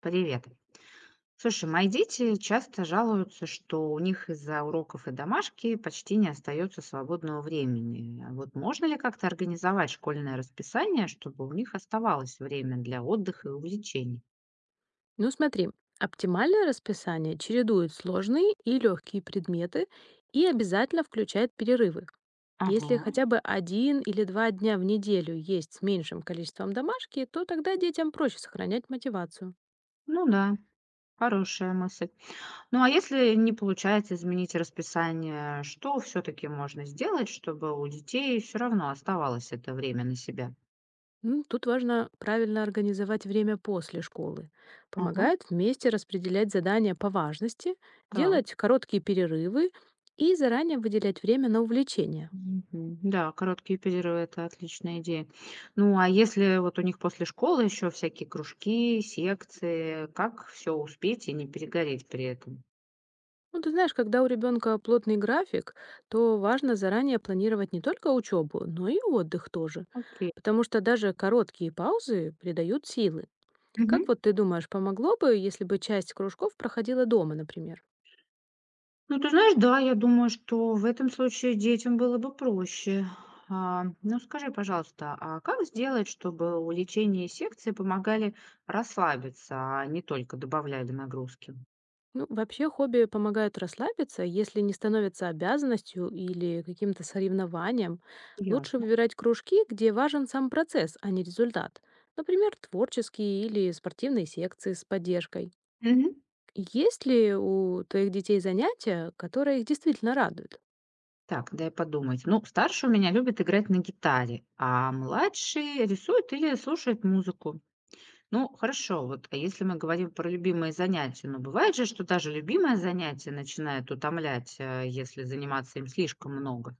Привет. Слушай, мои дети часто жалуются, что у них из-за уроков и домашки почти не остается свободного времени. А вот можно ли как-то организовать школьное расписание, чтобы у них оставалось время для отдыха и увлечений? Ну смотри, оптимальное расписание чередует сложные и легкие предметы и обязательно включает перерывы. Если Ага. хотя бы один или два дня в неделю есть с меньшим количеством домашки, то тогда детям проще сохранять мотивацию. Ну да, хорошая мысль. Ну а если не получается изменить расписание, что все-таки можно сделать, чтобы у детей все равно оставалось это время на себя? Ну, Тут важно правильно организовать время после школы. Ага, Помогает вместе распределять задания по важности, так. делать короткие перерывы и заранее выделять время на увлечения. Мгм. Да, короткие перерывы - это отличная идея. Ну, а если вот у них после школы еще всякие кружки, секции, как все успеть и не перегореть при этом? Ну, ты знаешь, когда у ребенка плотный график, то важно заранее планировать не только учебу, но и отдых тоже. Окей. Потому что даже короткие паузы придают силы. Мгм. Как вот ты думаешь, помогло бы, если бы часть кружков проходила дома, например? Ну, ты знаешь, да, я думаю, что в этом случае детям было бы проще. А, ну, скажи, пожалуйста, а как сделать, чтобы увлечения и секции помогали расслабиться, а не только добавляли нагрузки? Ну, вообще хобби помогают расслабиться, если не становятся обязанностью или каким-то соревнованием. Лучше Ясно. выбирать кружки, где важен сам процесс, а не результат. Например, творческие или спортивные секции с поддержкой. Мгм. Есть ли у твоих детей занятия, которые их действительно радуют? Так, дай подумать. Ну, старший у меня любит играть на гитаре, а младший рисует или слушает музыку. Ну, хорошо, вот а если мы говорим про любимые занятия, ну, бывает же, что даже любимое занятие начинает утомлять, если заниматься им слишком много.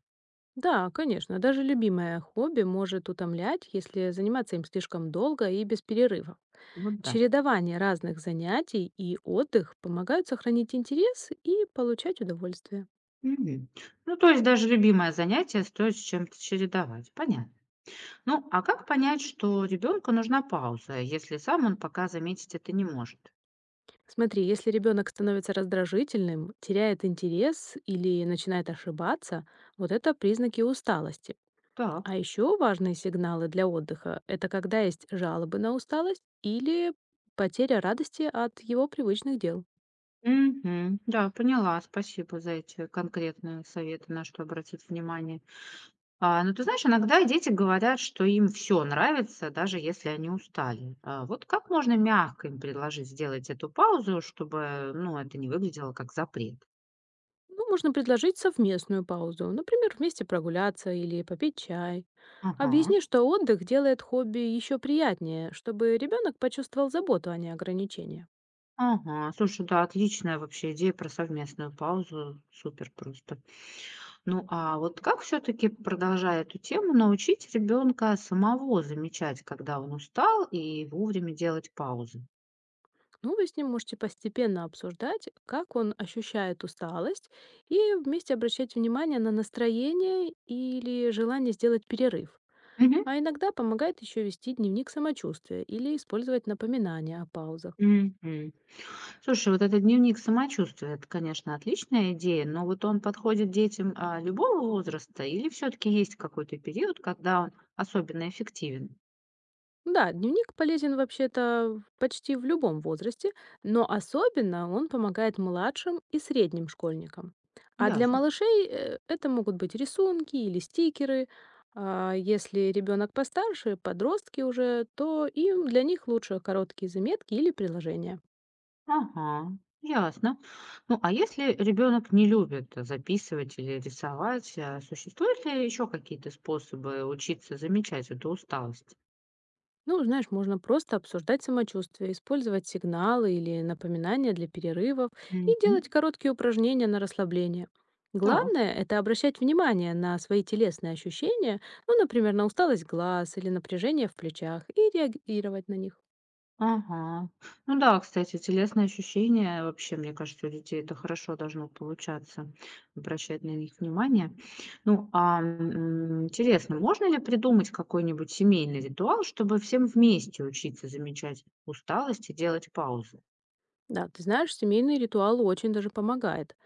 Да, конечно, даже любимое хобби может утомлять, если заниматься им слишком долго и без перерыва. Вот да. Чередование разных занятий и отдых помогают сохранить интерес и получать удовольствие. Мгм. Ну, то есть даже любимое занятие стоит с чем-то чередовать. Понятно. Ну, а как понять, что ребенку нужна пауза, если сам он пока заметить это не может? Смотри, если ребенок становится раздражительным, теряет интерес или начинает ошибаться, вот это признаки усталости. Так. А еще важные сигналы для отдыха — это когда есть жалобы на усталость или потеря радости от его привычных дел. Мгм. Да, поняла. Спасибо за эти конкретные советы, на что обратить внимание. А, ну, ты знаешь, иногда дети говорят, что им все нравится, даже если они устали. А вот как можно мягко им предложить сделать эту паузу, чтобы, ну, это не выглядело как запрет? Ну, можно предложить совместную паузу, например, вместе прогуляться или попить чай. Ага, Объясни, что отдых делает хобби еще приятнее, чтобы ребенок почувствовал заботу, а не ограничения. ага. Слушай, да, отличная вообще идея про совместную паузу. Супер просто. Ну, а вот как все-таки, продолжая эту тему, научить ребенка самого замечать, когда он устал, и вовремя делать паузы? Ну, вы с ним можете постепенно обсуждать, как он ощущает усталость, и вместе обращать внимание на настроение или желание сделать перерыв. Мгм. А иногда помогает еще вести дневник самочувствия или использовать напоминания о паузах. Мгм. Слушай, вот этот дневник самочувствия - это, конечно, отличная идея, но вот он подходит детям, любого возраста или все таки есть какой-то период, когда он особенно эффективен? Да, дневник полезен вообще-то почти в любом возрасте, но особенно он помогает младшим и средним школьникам. А для Ясно. малышей это могут быть рисунки или стикеры. А если ребенок постарше, подростки уже, то им для них лучше короткие заметки или приложения. Ага, ясно. Ну, а если ребенок не любит записывать или рисовать, существуют ли еще какие-то способы учиться замечать эту усталость? Ну, знаешь, можно просто обсуждать самочувствие, использовать сигналы или напоминания для перерывов и Мгм. делать короткие упражнения на расслабление. Так. Главное — это обращать внимание на свои телесные ощущения, ну, например, на усталость глаз или напряжение в плечах, и реагировать на них. Ага. Ну да, кстати, телесные ощущения вообще, мне кажется, у детей это хорошо должно получаться, обращать на них внимание. Ну, интересно, можно ли придумать какой-нибудь семейный ритуал, чтобы всем вместе учиться замечать усталость и делать паузы? Да, ты знаешь, семейный ритуал очень даже помогает.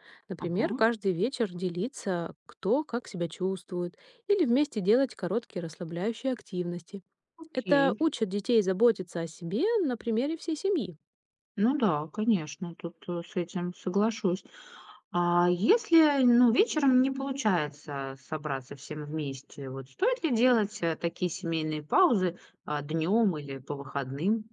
Ага, Например, каждый вечер делиться, кто как себя чувствует, или вместе делать короткие расслабляющие активности. Это окей. учит детей заботиться о себе на примере всей семьи. Ну да, конечно, тут с этим соглашусь. А если, ну, вечером не получается собраться всем вместе, вот стоит ли делать такие семейные паузы днем или по выходным?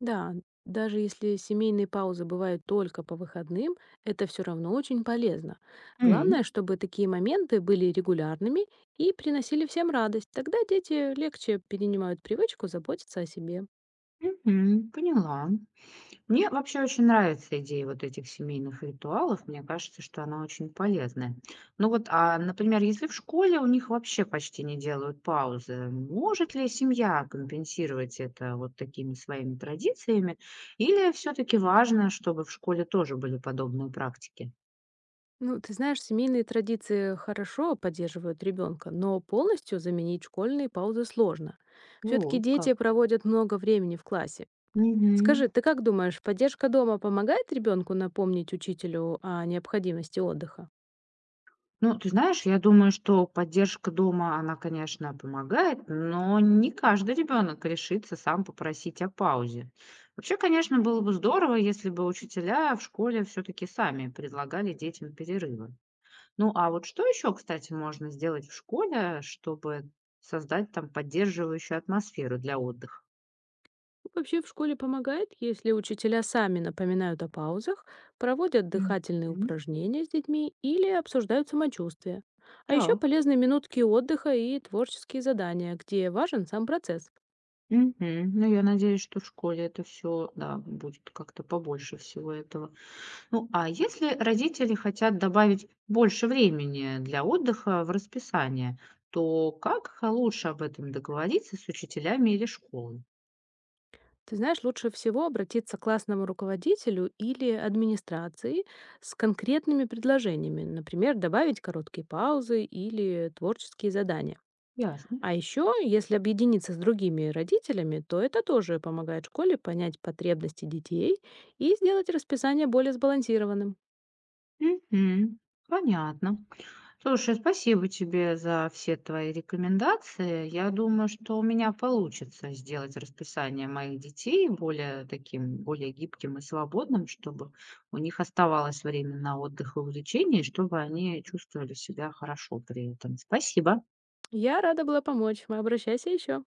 Да, даже если семейные паузы бывают только по выходным, это все равно очень полезно. Главное, М. чтобы такие моменты были регулярными и приносили всем радость. Тогда дети легче перенимают привычку заботиться о себе. Мгм, поняла. Мне вообще очень нравится идея вот этих семейных ритуалов. Мне кажется, что она очень полезная. Ну вот, а, например, если в школе у них вообще почти не делают паузы, может ли семья компенсировать это вот такими своими традициями? Или все-таки важно, чтобы в школе тоже были подобные практики? Ну, ты знаешь, семейные традиции хорошо поддерживают ребенка, но полностью заменить школьные паузы сложно. Все-таки Вот как. дети проводят много времени в классе. Мгм. Скажи, ты как думаешь, поддержка дома помогает ребенку напомнить учителю о необходимости отдыха? Ну, ты знаешь, я думаю, что поддержка дома, она, конечно, помогает, но не каждый ребенок решится сам попросить о паузе. Вообще, конечно, было бы здорово, если бы учителя в школе все-таки сами предлагали детям перерывы. Ну, а вот что еще, кстати, можно сделать в школе, чтобы создать там поддерживающую атмосферу для отдыха? Вообще в школе помогает, если учителя сами напоминают о паузах, проводят М. дыхательные упражнения с детьми или обсуждают самочувствие. А еще Так. полезны минутки отдыха и творческие задания, где важен сам процесс. Мгм. Ну, я надеюсь, что в школе это все, да, будет как-то побольше всего этого. Ну, а если родители хотят добавить больше времени для отдыха в расписание, то как лучше об этом договориться с учителями или школой? Ты знаешь, лучше всего обратиться к классному руководителю или администрации с конкретными предложениями, например, добавить короткие паузы или творческие задания. Ясно. А еще, если объединиться с другими родителями, то это тоже помогает школе понять потребности детей и сделать расписание более сбалансированным. Мгм. Понятно. Слушай, спасибо тебе за все твои рекомендации. Я думаю, что у меня получится сделать расписание моих детей более таким, более гибким и свободным, чтобы у них оставалось время на отдых и увлечение, и чтобы они чувствовали себя хорошо при этом. Спасибо. Я рада была помочь. Обращайся еще.